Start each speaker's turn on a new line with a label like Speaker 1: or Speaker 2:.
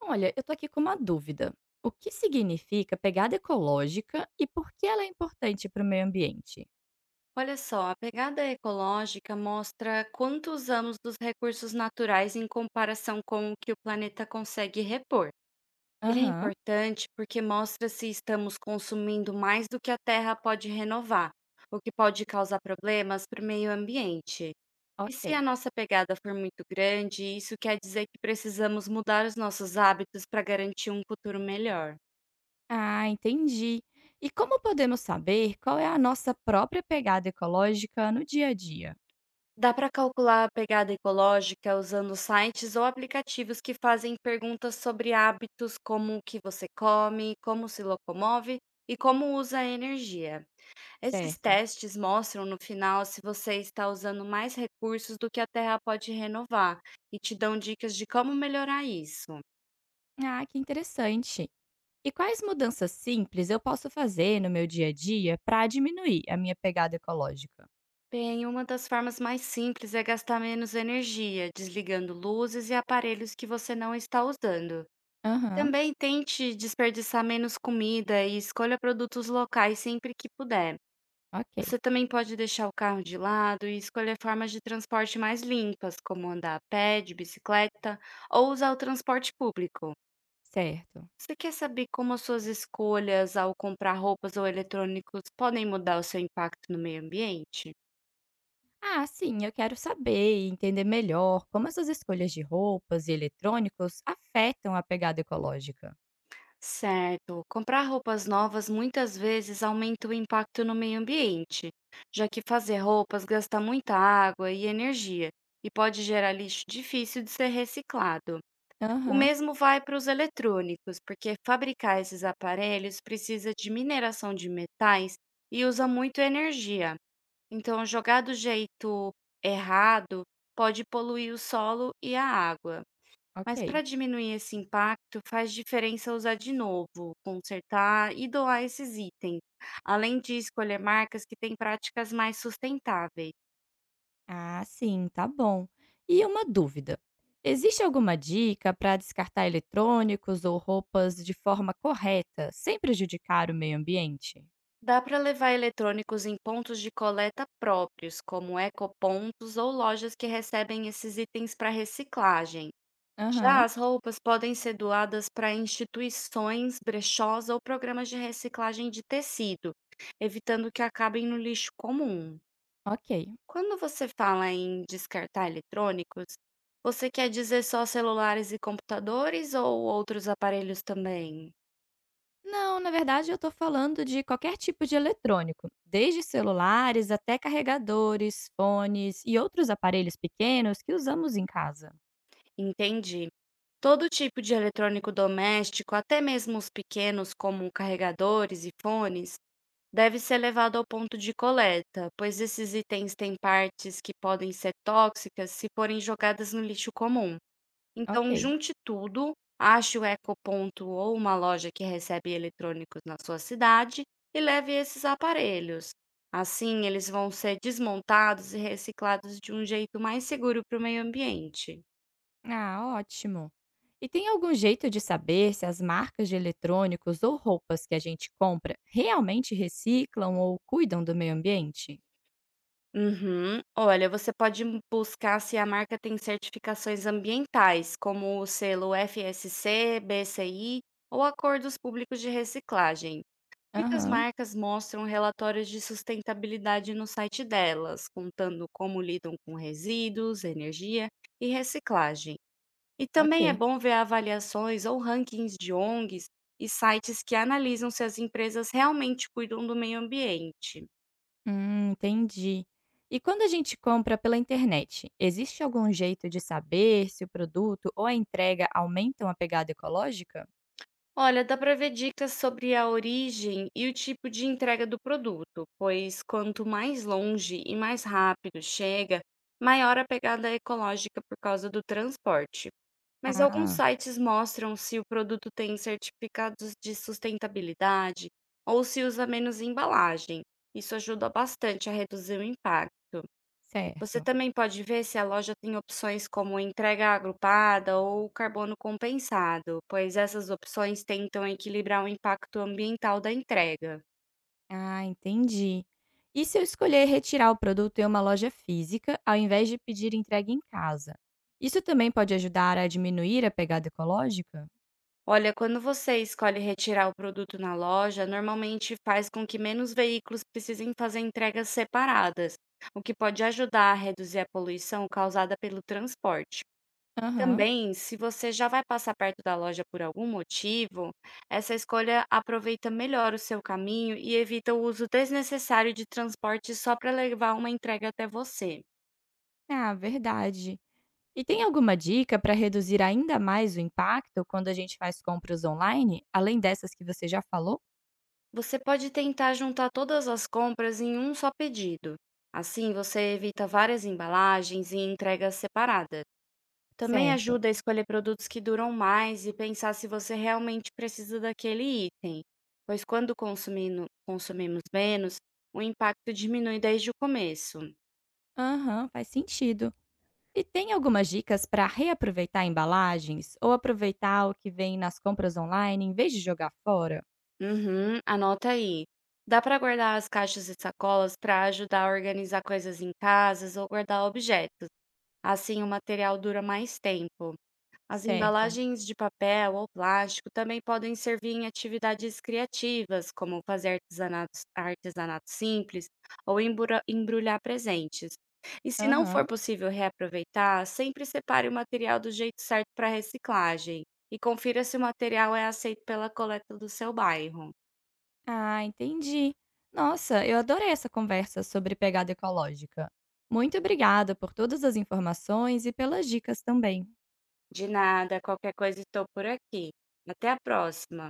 Speaker 1: Olha, eu tô aqui com uma dúvida. O que significa pegada ecológica e por que ela é importante para o meio ambiente?
Speaker 2: Olha só, a pegada ecológica mostra quanto usamos dos recursos naturais em comparação com o que o planeta consegue repor. Ele é
Speaker 1: Aham,
Speaker 2: importante porque mostra se estamos consumindo mais do que a Terra pode renovar, o que pode causar problemas para o meio ambiente. E se a
Speaker 1: ok.
Speaker 2: nossa pegada for muito grande, isso quer dizer que precisamos mudar os nossos hábitos para garantir um futuro melhor.
Speaker 1: Ah, entendi. E como podemos saber qual é a nossa própria pegada ecológica no dia a dia?
Speaker 2: Dá para calcular a pegada ecológica usando sites ou aplicativos que fazem perguntas sobre hábitos como o que você come, como se locomove e como usa a energia. Esses
Speaker 1: Certo.
Speaker 2: testes mostram no final se você está usando mais recursos do que a Terra pode renovar e te dão dicas de como melhorar isso.
Speaker 1: Ah, que interessante. E quais mudanças simples eu posso fazer no meu dia a dia para diminuir a minha pegada ecológica?
Speaker 2: Bem, uma das formas mais simples é gastar menos energia, desligando luzes e aparelhos que você não está usando.
Speaker 1: Aham,
Speaker 2: Também tente desperdiçar menos comida e escolha produtos locais sempre que puder.
Speaker 1: ok.
Speaker 2: Você também pode deixar o carro de lado e escolher formas de transporte mais limpas, como andar a pé, de bicicleta ou usar o transporte público.
Speaker 1: Certo.
Speaker 2: Você quer saber como as suas escolhas ao comprar roupas ou eletrônicos podem mudar o seu impacto no meio ambiente?
Speaker 1: Ah, sim, eu quero saber e entender melhor como essas escolhas de roupas e eletrônicos afetam a pegada ecológica.
Speaker 2: Certo. Comprar roupas novas muitas vezes aumenta o impacto no meio ambiente, já que fazer roupas gasta muita água e energia e pode gerar lixo difícil de ser reciclado. O
Speaker 1: Aham,
Speaker 2: mesmo vai para os eletrônicos, porque fabricar esses aparelhos precisa de mineração de metais e usa muito energia. Então, jogar do jeito errado pode poluir o solo e a água. Mas para
Speaker 1: ok.
Speaker 2: diminuir esse impacto, faz diferença usar de novo, consertar e doar esses itens, além de escolher marcas que têm práticas mais sustentáveis.
Speaker 1: Ah, sim, tá bom. E uma dúvida: existe alguma dica para descartar eletrônicos ou roupas de forma correta, sem prejudicar o meio ambiente?
Speaker 2: Dá para levar eletrônicos em pontos de coleta próprios, como ecopontos ou lojas que recebem esses itens para reciclagem. Já
Speaker 1: Aham,
Speaker 2: as roupas podem ser doadas para instituições, brechós ou programas de reciclagem de tecido, evitando que acabem no lixo comum.
Speaker 1: ok.
Speaker 2: Quando você fala em descartar eletrônicos, você quer dizer só celulares e computadores ou outros aparelhos também?
Speaker 1: Não, na verdade eu estou falando de qualquer tipo de eletrônico, desde celulares até carregadores, fones e outros aparelhos pequenos que usamos em casa.
Speaker 2: Entendi. Todo tipo de eletrônico doméstico, até mesmo os pequenos, como carregadores e fones, deve ser levado ao ponto de coleta, pois esses itens têm partes que podem ser tóxicas se forem jogadas no lixo comum. Então
Speaker 1: Ok.
Speaker 2: junte tudo, ache o ecoponto ou uma loja que recebe eletrônicos na sua cidade e leve esses aparelhos. Assim, eles vão ser desmontados e reciclados de um jeito mais seguro para o meio ambiente.
Speaker 1: Ah, ótimo. E tem algum jeito de saber se as marcas de eletrônicos ou roupas que a gente compra realmente reciclam ou cuidam do meio ambiente?
Speaker 2: Uhum. Olha, você pode buscar se a marca tem certificações ambientais, como o selo FSC, BCI ou acordos públicos de reciclagem. Muitas
Speaker 1: Aham,
Speaker 2: marcas mostram relatórios de sustentabilidade no site delas, contando como lidam com resíduos, energia e reciclagem. E também é
Speaker 1: ok.
Speaker 2: bom ver avaliações ou rankings de ONGs e sites que analisam se as empresas realmente cuidam do meio ambiente.
Speaker 1: Entendi. E quando a gente compra pela internet, existe algum jeito de saber se o produto ou a entrega aumentam a pegada ecológica?
Speaker 2: Olha, dá para ver dicas sobre a origem e o tipo de entrega do produto, pois quanto mais longe e mais rápido chega, maior a pegada ecológica por causa do transporte. Mas alguns
Speaker 1: Ah,
Speaker 2: sites mostram se o produto tem certificados de sustentabilidade ou se usa menos embalagem. Isso ajuda bastante a reduzir o impacto. Você
Speaker 1: certo.
Speaker 2: também pode ver se a loja tem opções como entrega agrupada ou carbono compensado, pois essas opções tentam equilibrar o impacto ambiental da entrega.
Speaker 1: Ah, entendi. E se eu escolher retirar o produto em uma loja física, ao invés de pedir entrega em casa? Isso também pode ajudar a diminuir a pegada ecológica?
Speaker 2: Olha, quando você escolhe retirar o produto na loja, normalmente faz com que menos veículos precisem fazer entregas separadas, o que pode ajudar a reduzir a poluição causada pelo transporte.
Speaker 1: Aham.
Speaker 2: Também, se você já vai passar perto da loja por algum motivo, essa escolha aproveita melhor o seu caminho e evita o uso desnecessário de transporte só para levar uma entrega até você.
Speaker 1: Ah, verdade. E tem alguma dica para reduzir ainda mais o impacto quando a gente faz compras online, além dessas que você já falou?
Speaker 2: Você pode tentar juntar todas as compras em um só pedido. Assim, você evita várias embalagens e entregas separadas. Também
Speaker 1: Certo.
Speaker 2: ajuda a escolher produtos que duram mais e pensar se você realmente precisa daquele item, pois quando consumimos menos, o impacto diminui desde o começo.
Speaker 1: Aham, faz sentido. E tem algumas dicas para reaproveitar embalagens ou aproveitar o que vem nas compras online em vez de jogar fora?
Speaker 2: Uhum, anota aí. Dá para guardar as caixas e sacolas para ajudar a organizar coisas em casas ou guardar objetos. Assim, o material dura mais tempo. As
Speaker 1: Certo.
Speaker 2: embalagens de papel ou plástico também podem servir em atividades criativas, como fazer artesanatos, artesanatos simples, ou embrulhar presentes. E se não for
Speaker 1: Aham.
Speaker 2: possível reaproveitar, sempre separe o material do jeito certo para reciclagem e confira se o material é aceito pela coleta do seu bairro.
Speaker 1: Ah, entendi. Nossa, eu adorei essa conversa sobre pegada ecológica. Muito obrigada por todas as informações e pelas dicas também.
Speaker 2: De nada, qualquer coisa estou por aqui. Até a próxima!